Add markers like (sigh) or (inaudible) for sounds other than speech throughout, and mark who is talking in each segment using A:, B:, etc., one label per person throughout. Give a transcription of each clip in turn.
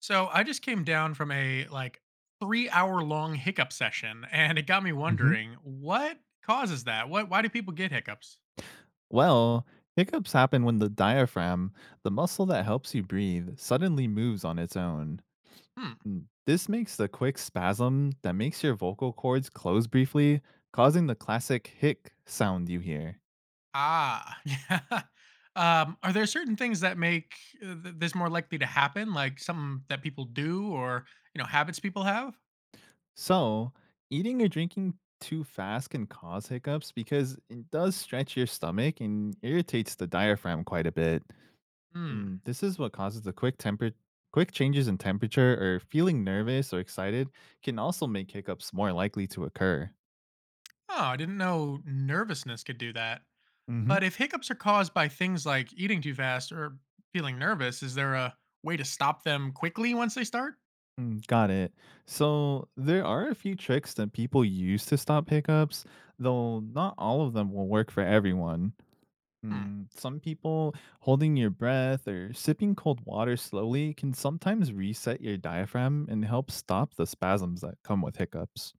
A: So I just came down from a 3 hour long hiccup session, and it got me
B: Mhm.
A: wondering, what causes that? What why do people get hiccups?
B: Well, hiccups happen when the diaphragm, the muscle that helps you breathe, suddenly moves on its own.
A: Hmm.
B: This makes the quick spasm that makes your vocal cords close briefly, causing the classic hic sound you hear.
A: Ah. (laughs) Yeah. Are there certain things that make this more likely to happen, like something that people do or habits people have?
B: So, eating or drinking too fast can cause hiccups because it does stretch your stomach and irritates the diaphragm quite a bit.
A: Hmm.
B: This is what causes the quick changes in temperature or feeling nervous or excited can also make hiccups more likely to occur.
A: Oh, I didn't know nervousness could do that.
B: Hmm
A: But if hiccups are caused by things like eating too fast or feeling nervous, is there a way to stop them quickly once they start?
B: Mm, got it. So there are a few tricks that people use to stop hiccups, though not all of them will work for everyone.
A: Hmm.
B: Some people holding your breath or sipping cold water slowly can sometimes reset your diaphragm and help stop the spasms that come with hiccups.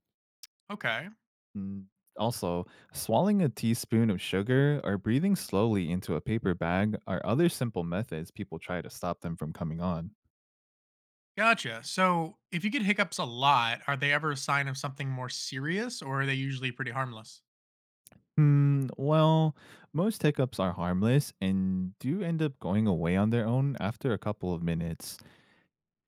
A: Okay.
B: Mm, Also, swallowing a teaspoon of sugar or breathing slowly into a paper bag are other simple methods people try to stop them from coming on.
A: Gotcha. So, if you get hiccups a lot, are they ever a sign of something more serious, or are they usually pretty harmless?
B: Well, most hiccups are harmless and do end up going away on their own after a couple of minutes.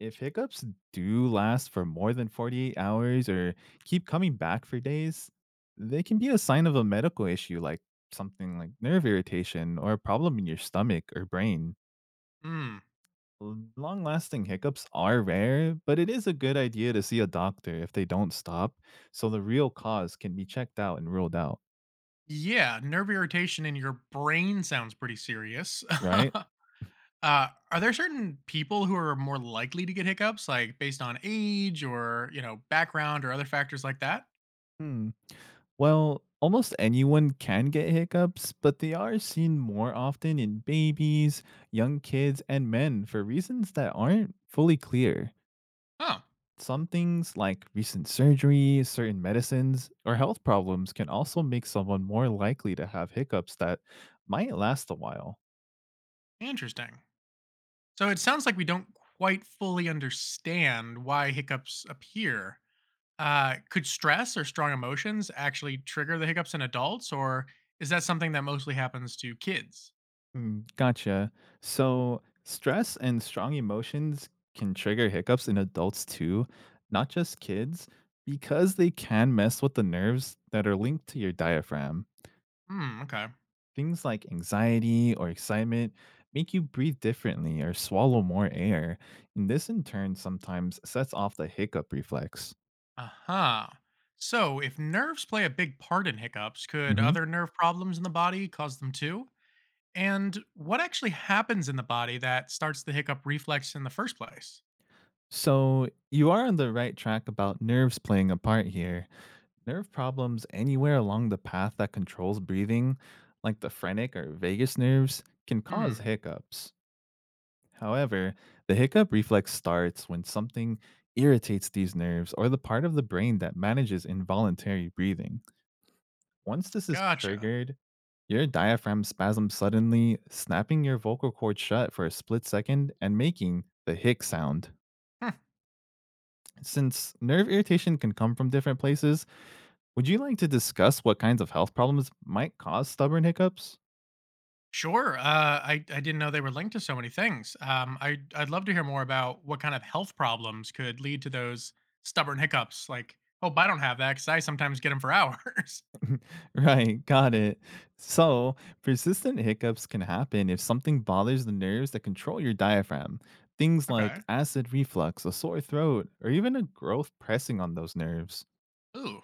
B: If hiccups do last for more than 48 hours or keep coming back for days, they can be a sign of a medical issue like something like nerve irritation or a problem in your stomach or brain.
A: Hmm.
B: Long lasting hiccups are rare, but it is a good idea to see a doctor if they don't stop, so the real cause can be checked out and ruled out,
A: Yeah, nerve irritation in your brain sounds pretty serious. (laughs)
B: right?
A: uh, are there certain people who are more likely to get hiccups, like based on age or, you know, background or other factors like that?
B: Hmm. Well, almost anyone can get hiccups, but they are seen more often in babies, young kids, and men for reasons that aren't fully clear.
A: Huh,
B: Some things like recent surgery, certain medicines, or health problems can also make someone more likely to have hiccups that might last a while.
A: interesting. So, it sounds like we don't quite fully understand why hiccups appear. Could stress or strong emotions actually trigger the hiccups in adults, or is that something that mostly happens to kids?
B: Mm, gotcha. So, stress and strong emotions can trigger hiccups in adults too, not just kids, because they can mess with the nerves that are linked to your diaphragm.
A: Hmm, okay.
B: Things like anxiety or excitement make you breathe differently or swallow more air, and this in turn sometimes sets off the hiccup reflex.
A: Uh huh. So, if nerves play a big part in hiccups, could
B: hmm
A: other nerve problems in the body cause them too? And what actually happens in the body that starts the hiccup reflex in the first place?
B: So, you are on the right track about nerves playing a part here. Nerve problems anywhere along the path that controls breathing, like the phrenic or vagus nerves, can cause
A: Hmm,
B: hiccups. However, the hiccup reflex starts when something irritates these nerves or the part of the brain that manages involuntary breathing. Once this is
A: gotcha.
B: triggered, your diaphragm spasms suddenly, snapping your vocal cord shut for a split second and making the hic sound.
A: Hmm.
B: Since nerve irritation can come from different places, would you like to discuss what kinds of health problems might cause stubborn hiccups? (laughs)
A: Sure. I didn't know they were linked to so many things. I'd love to hear more about what kind of health problems could lead to those stubborn hiccups. Like, oh, but I don't have that because I sometimes get them for hours.
B: Right, got it. So, persistent hiccups can happen if something bothers the nerves that control your diaphragm. Things
A: (laughs)
B: like
A: Okay.
B: acid reflux, a sore throat, or even a growth pressing on those nerves.
A: Ooh.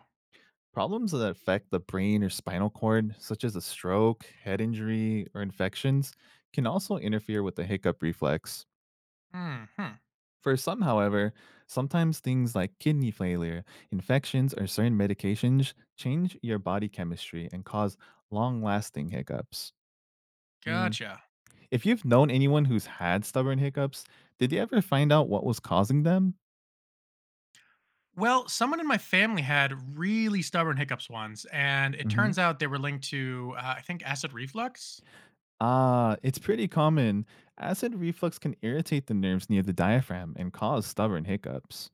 B: Problems that affect the brain or spinal cord, such as a stroke, head injury, or infections, can also interfere with the hiccup reflex.
A: Hmm. Hmm.
B: For some, however, sometimes things like kidney failure, infections, or certain medications change your body chemistry and cause long lasting hiccups. Mm.
A: Gotcha.
B: If you've known anyone who's had stubborn hiccups, did they ever find out what was causing them?
A: Well, someone in my family had really stubborn hiccups once, and it
B: hmm
A: turns out they were linked to I think acid reflux.
B: Ah, it's pretty common. Acid reflux can irritate the nerves near the diaphragm and cause stubborn hiccups.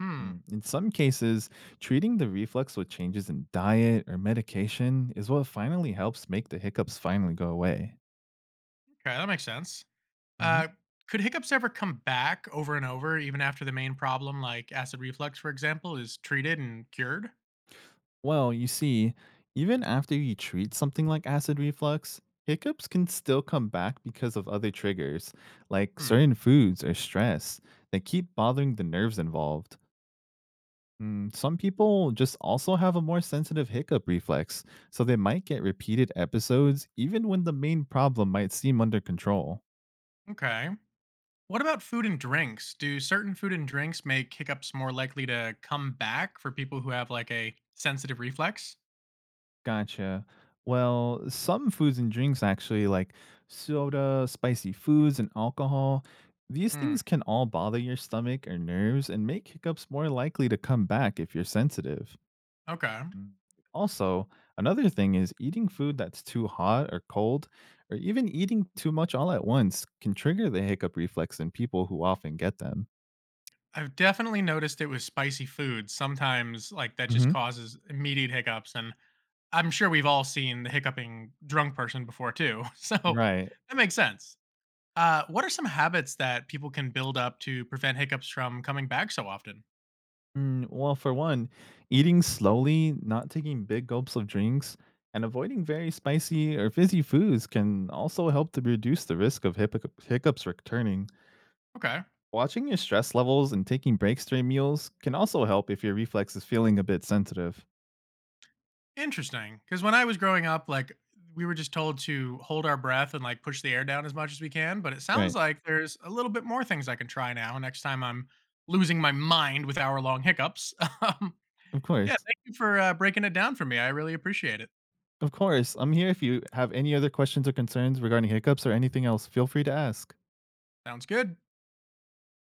A: Hmm.
B: In some cases, treating the reflux with changes in diet or medication is what finally helps make the hiccups finally go away.
A: Okay, that makes sense.
B: hmm
A: Uh, could hiccups ever come back over and over, even after the main problem, like acid reflux, for example, is treated and cured?
B: Well, you see, even after you treat something like acid reflux, hiccups can still come back because of other triggers, like
A: Hmm.
B: certain foods or stress that keep bothering the nerves involved. Some people just also have a more sensitive hiccup reflex, so they might get repeated episodes even when the main problem might seem under control.
A: Okay. What about food and drinks? Do certain food and drinks make hiccups more likely to come back for people who have like a sensitive reflex?
B: Gotcha. Well, some foods and drinks actually, like soda, spicy foods, and alcohol, these
A: Hmm.
B: things can all bother your stomach or nerves and make hiccups more likely to come back if you're sensitive.
A: Okay.
B: Mm. Also, another thing is eating food that's too hot or cold, or even eating too much all at once can trigger the hiccup reflex in people who often get them.
A: I've definitely noticed it with spicy foods. Sometimes, like, that just
B: Mhm.
A: causes immediate hiccups. And I'm sure we've all seen the hiccuping drunk person before, too. (laughs) So
B: Right.
A: that makes sense. What are some habits that people can build up to prevent hiccups from coming back so often?
B: Well, for one, eating slowly, not taking big gulps of drinks, and avoiding very spicy or fizzy foods can also help to reduce the risk of hiccups returning.
A: Okay.
B: Watching your stress levels and taking breaks during meals can also help if your reflex is feeling a bit sensitive.
A: Interesting. Because when I was growing up, like, we were just told to hold our breath and like push the air down as much as we can. But it sounds
B: Right.
A: like there's a little bit more things I can try now next time I'm losing my mind with hour long hiccups. (laughs) um,
B: Of
A: yeah.
B: course.
A: Thank you for breaking it down for me. I really appreciate it.
B: Of course. I'm here if you have any other questions or concerns regarding hiccups or anything else. Feel free to ask.
A: Sounds good.